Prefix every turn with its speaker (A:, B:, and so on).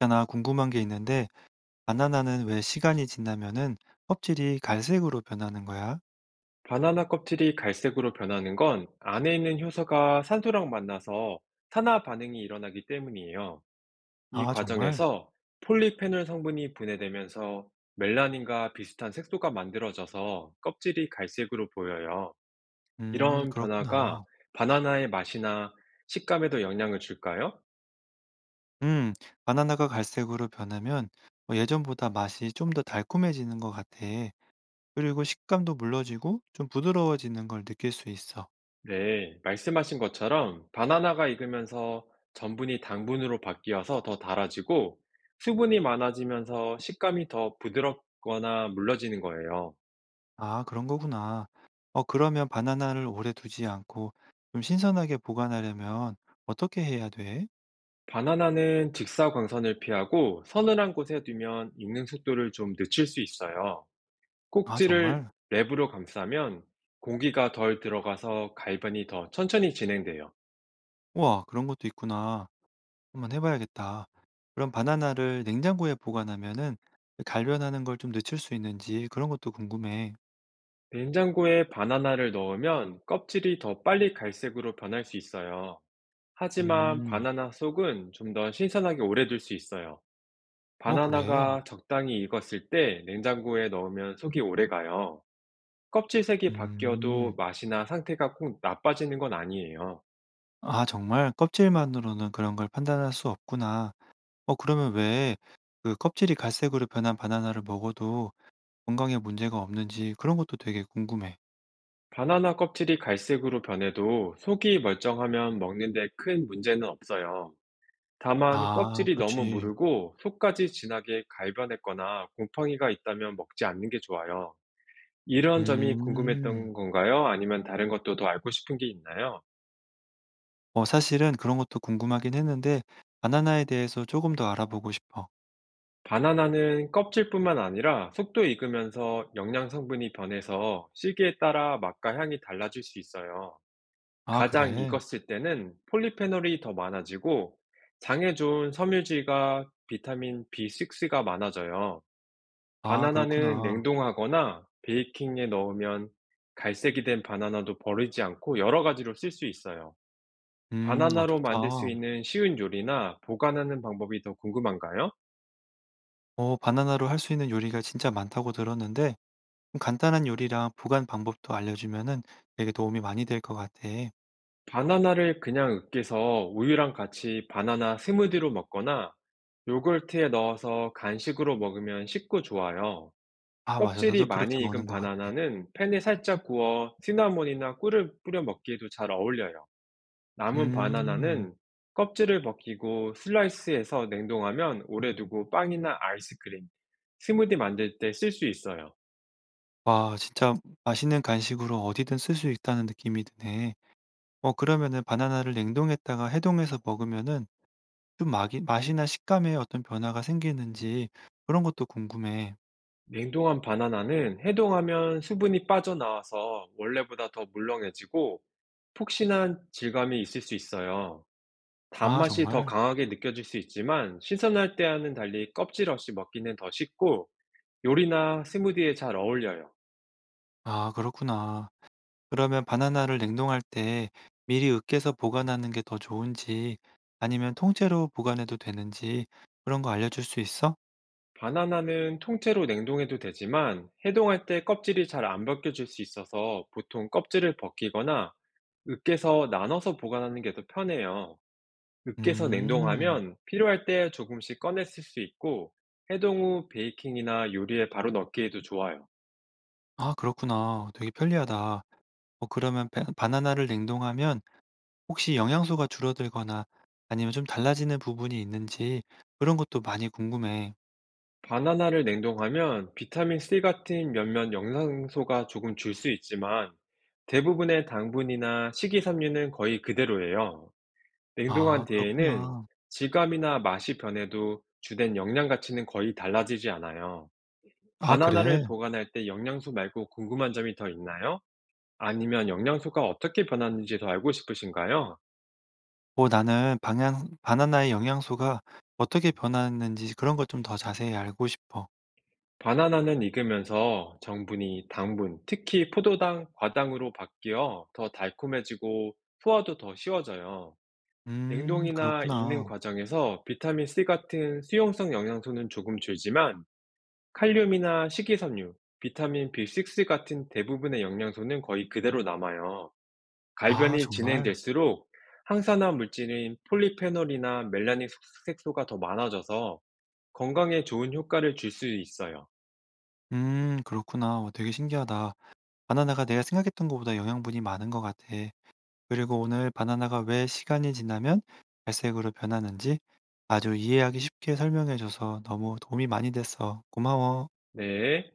A: 있잖아, 궁금한 게 있는데, 바나나는 왜 시간이 지나면은 껍질이 갈색으로 변하는 거야?
B: 바나나 껍질이 갈색으로 변하는 건 안에 있는 효소가 산소랑 만나서 산화 반응이 일어나기 때문이에요. 이
A: 아, 정말?
B: 과정에서 폴리페놀 성분이 분해되면서 멜라닌과 비슷한 색소가 만들어져서 껍질이 갈색으로 보여요. 이런 변화가
A: 그렇구나.
B: 바나나의 맛이나 식감에도 영향을 줄까요?
A: 음, 바나나가 갈색으로 변하면 뭐 예전보다 맛이 좀 더 달콤해지는 것 같아. 그리고 식감도 물러지고 좀 부드러워지는 걸 느낄 수 있어.
B: 네, 말씀하신 것처럼 바나나가 익으면서 전분이 당분으로 바뀌어서 더 달아지고, 수분이 많아지면서 식감이 더 부드럽거나 물러지는 거예요.
A: 아, 그런 거구나. 어, 그러면 바나나를 오래 두지 않고 좀 신선하게 보관하려면 어떻게 해야 돼?
B: 바나나는 직사광선을 피하고 서늘한 곳에 두면 익는 속도를 좀 늦출 수 있어요.
A: 아,
B: 꼭지를
A: 정말?
B: 랩으로 감싸면 공기가 덜 들어가서 갈변이 더 천천히 진행돼요.
A: 우와, 그런 것도 있구나. 한번 해봐야겠다. 그럼 바나나를 냉장고에 보관하면은 갈변하는 걸 좀 늦출 수 있는지 그런 것도 궁금해.
B: 냉장고에 바나나를 넣으면 껍질이 더 빨리 갈색으로 변할 수 있어요. 하지만
A: 음,
B: 바나나 속은 좀 더 신선하게 오래 둘 수 있어요.
A: 어, 그래.
B: 바나나가 적당히 익었을 때 냉장고에 넣으면 속이 오래 가요. 껍질 색이 바뀌어도
A: 음,
B: 맛이나 상태가 꼭 나빠지는 건 아니에요.
A: 아, 정말 껍질만으로는 그런 걸 판단할 수 없구나. 어, 그러면 왜 그 껍질이 갈색으로 변한 바나나를 먹어도 건강에 문제가 없는지 그런 것도 되게 궁금해.
B: 바나나 껍질이 갈색으로 변해도 속이 멀쩡하면 먹는데 큰 문제는 없어요. 다만
A: 아,
B: 껍질이 너무
A: 그렇지.
B: 무르고 속까지 진하게 갈변했거나 곰팡이가 있다면 먹지 않는 게 좋아요. 이런 점이
A: 음,
B: 궁금했던 건가요? 아니면 다른 것도 더 알고 싶은 게 있나요?
A: 어, 사실은 그런 것도 궁금하긴 했는데 바나나에 대해서 조금 더 알아보고 싶어.
B: 바나나는 껍질뿐만 아니라 속도 익으면서 영양 성분이 변해서 시기에 따라 맛과 향이 달라질 수 있어요.
A: 아,
B: 가장
A: 그래.
B: 익었을 때는 폴리페놀이 더 많아지고, 장에 좋은 섬유질과 비타민 B6가 많아져요.
A: 아,
B: 바나나는
A: 그렇구나.
B: 냉동하거나 베이킹에 넣으면 갈색이 된 바나나도 버리지 않고 여러 가지로 쓸 수 있어요.
A: 음, 어,
B: 바나나로
A: 좋다.
B: 만들 수 있는 쉬운 요리나 보관하는 방법이 더 궁금한가요?
A: 어, 바나나로 할 수 있는 요리가 진짜 많다고 들었는데 좀 간단한 요리랑 보관 방법도 알려주면은 되게 도움이 많이 될 것 같아.
B: 바나나를 그냥 으깨서 우유랑 같이 바나나 스무디로 먹거나, 요구르트에 넣어서 간식으로 먹으면 식고 좋아요.
A: 아, 맞아. 나도
B: 껍질이
A: 그렇게
B: 많이 익은
A: 먹는 것 같아.
B: 바나나는 팬에 살짝 구워 시나몬이나 꿀을 뿌려 먹기에도 잘 어울려요. 남은
A: 음.
B: 바나나는 껍질을 벗기고 슬라이스해서 냉동하면 오래 두고 빵이나 아이스크림, 스무디 만들 때 쓸 수 있어요.
A: 와, 진짜 맛있는 간식으로 어디든 쓸 수 있다는 느낌이 드네. 어, 그러면은 바나나를 냉동했다가 해동해서 먹으면은 좀 맛이나 식감에 어떤 변화가 생기는지 그런 것도 궁금해.
B: 냉동한 바나나는 해동하면 수분이 빠져나와서 원래보다 더 물렁해지고, 폭신한 질감이 있을 수 있어요.
A: 아,
B: 단맛이 더
A: 정말?
B: 강하게 느껴질 수 있지만, 신선할 때와는 달리 껍질 없이 먹기는 더 쉽고 요리나 스무디에 잘 어울려요.
A: 아, 그렇구나. 그러면 바나나를 냉동할 때 미리 으깨서 보관하는 게 더 좋은지 아니면 통째로 보관해도 되는지 그런 거 알려줄 수 있어?
B: 바나나는 통째로 냉동해도 되지만, 해동할 때 껍질이 잘 안 벗겨질 수 있어서 보통 껍질을 벗기거나 으깨서 나눠서 보관하는 게 더 편해요. 으깨서
A: 음,
B: 냉동하면 필요할 때 조금씩 꺼내 쓸 수 있고, 해동 후 베이킹이나 요리에 바로 넣기에도 좋아요.
A: 아, 그렇구나. 되게 편리하다. 어, 그러면 바나나를 냉동하면 혹시 영양소가 줄어들거나 아니면 좀 달라지는 부분이 있는지 그런 것도 많이 궁금해.
B: 바나나를 냉동하면 비타민C 같은 몇몇 영양소가 조금 줄 수 있지만, 대부분의 당분이나 식이섬유는 거의 그대로예요.
A: 아,
B: 냉동한 뒤에는
A: 그렇구나.
B: 질감이나 맛이 변해도 주된 영양 가치는 거의 달라지지 않아요.
A: 아, 그래?
B: 바나나를 보관할 때 영양소 말고 궁금한 점이 더 있나요? 아니면 영양소가 어떻게 변하는지 더 알고 싶으신가요?
A: 어, 나는 바나나의 영양소가 어떻게 변하는지 그런 것 좀 더 자세히 알고 싶어.
B: 바나나는 익으면서 정분이 당분, 특히 포도당, 과당으로 바뀌어 더 달콤해지고 소화도 더 쉬워져요.
A: 음,
B: 냉동이나 익는
A: 그렇구나.
B: 과정에서 비타민C 같은 수용성 영양소는 조금 줄지만, 칼륨이나 식이섬유, 비타민 B6 같은 대부분의 영양소는 거의 그대로 남아요.
A: 아,
B: 갈변이
A: 정말?
B: 진행될수록 항산화 물질인 폴리페놀이나 멜라닌 색소가 더 많아져서 건강에 좋은 효과를 줄 수 있어요.
A: 음, 그렇구나. 어, 되게 신기하다. 바나나가 내가 생각했던 것보다 영양분이 많은 것 같아. 그리고 오늘 바나나가 왜 시간이 지나면 갈색으로 변하는지 아주 이해하기 쉽게 설명해 줘서 너무 도움이 많이 됐어. 고마워.
B: 네.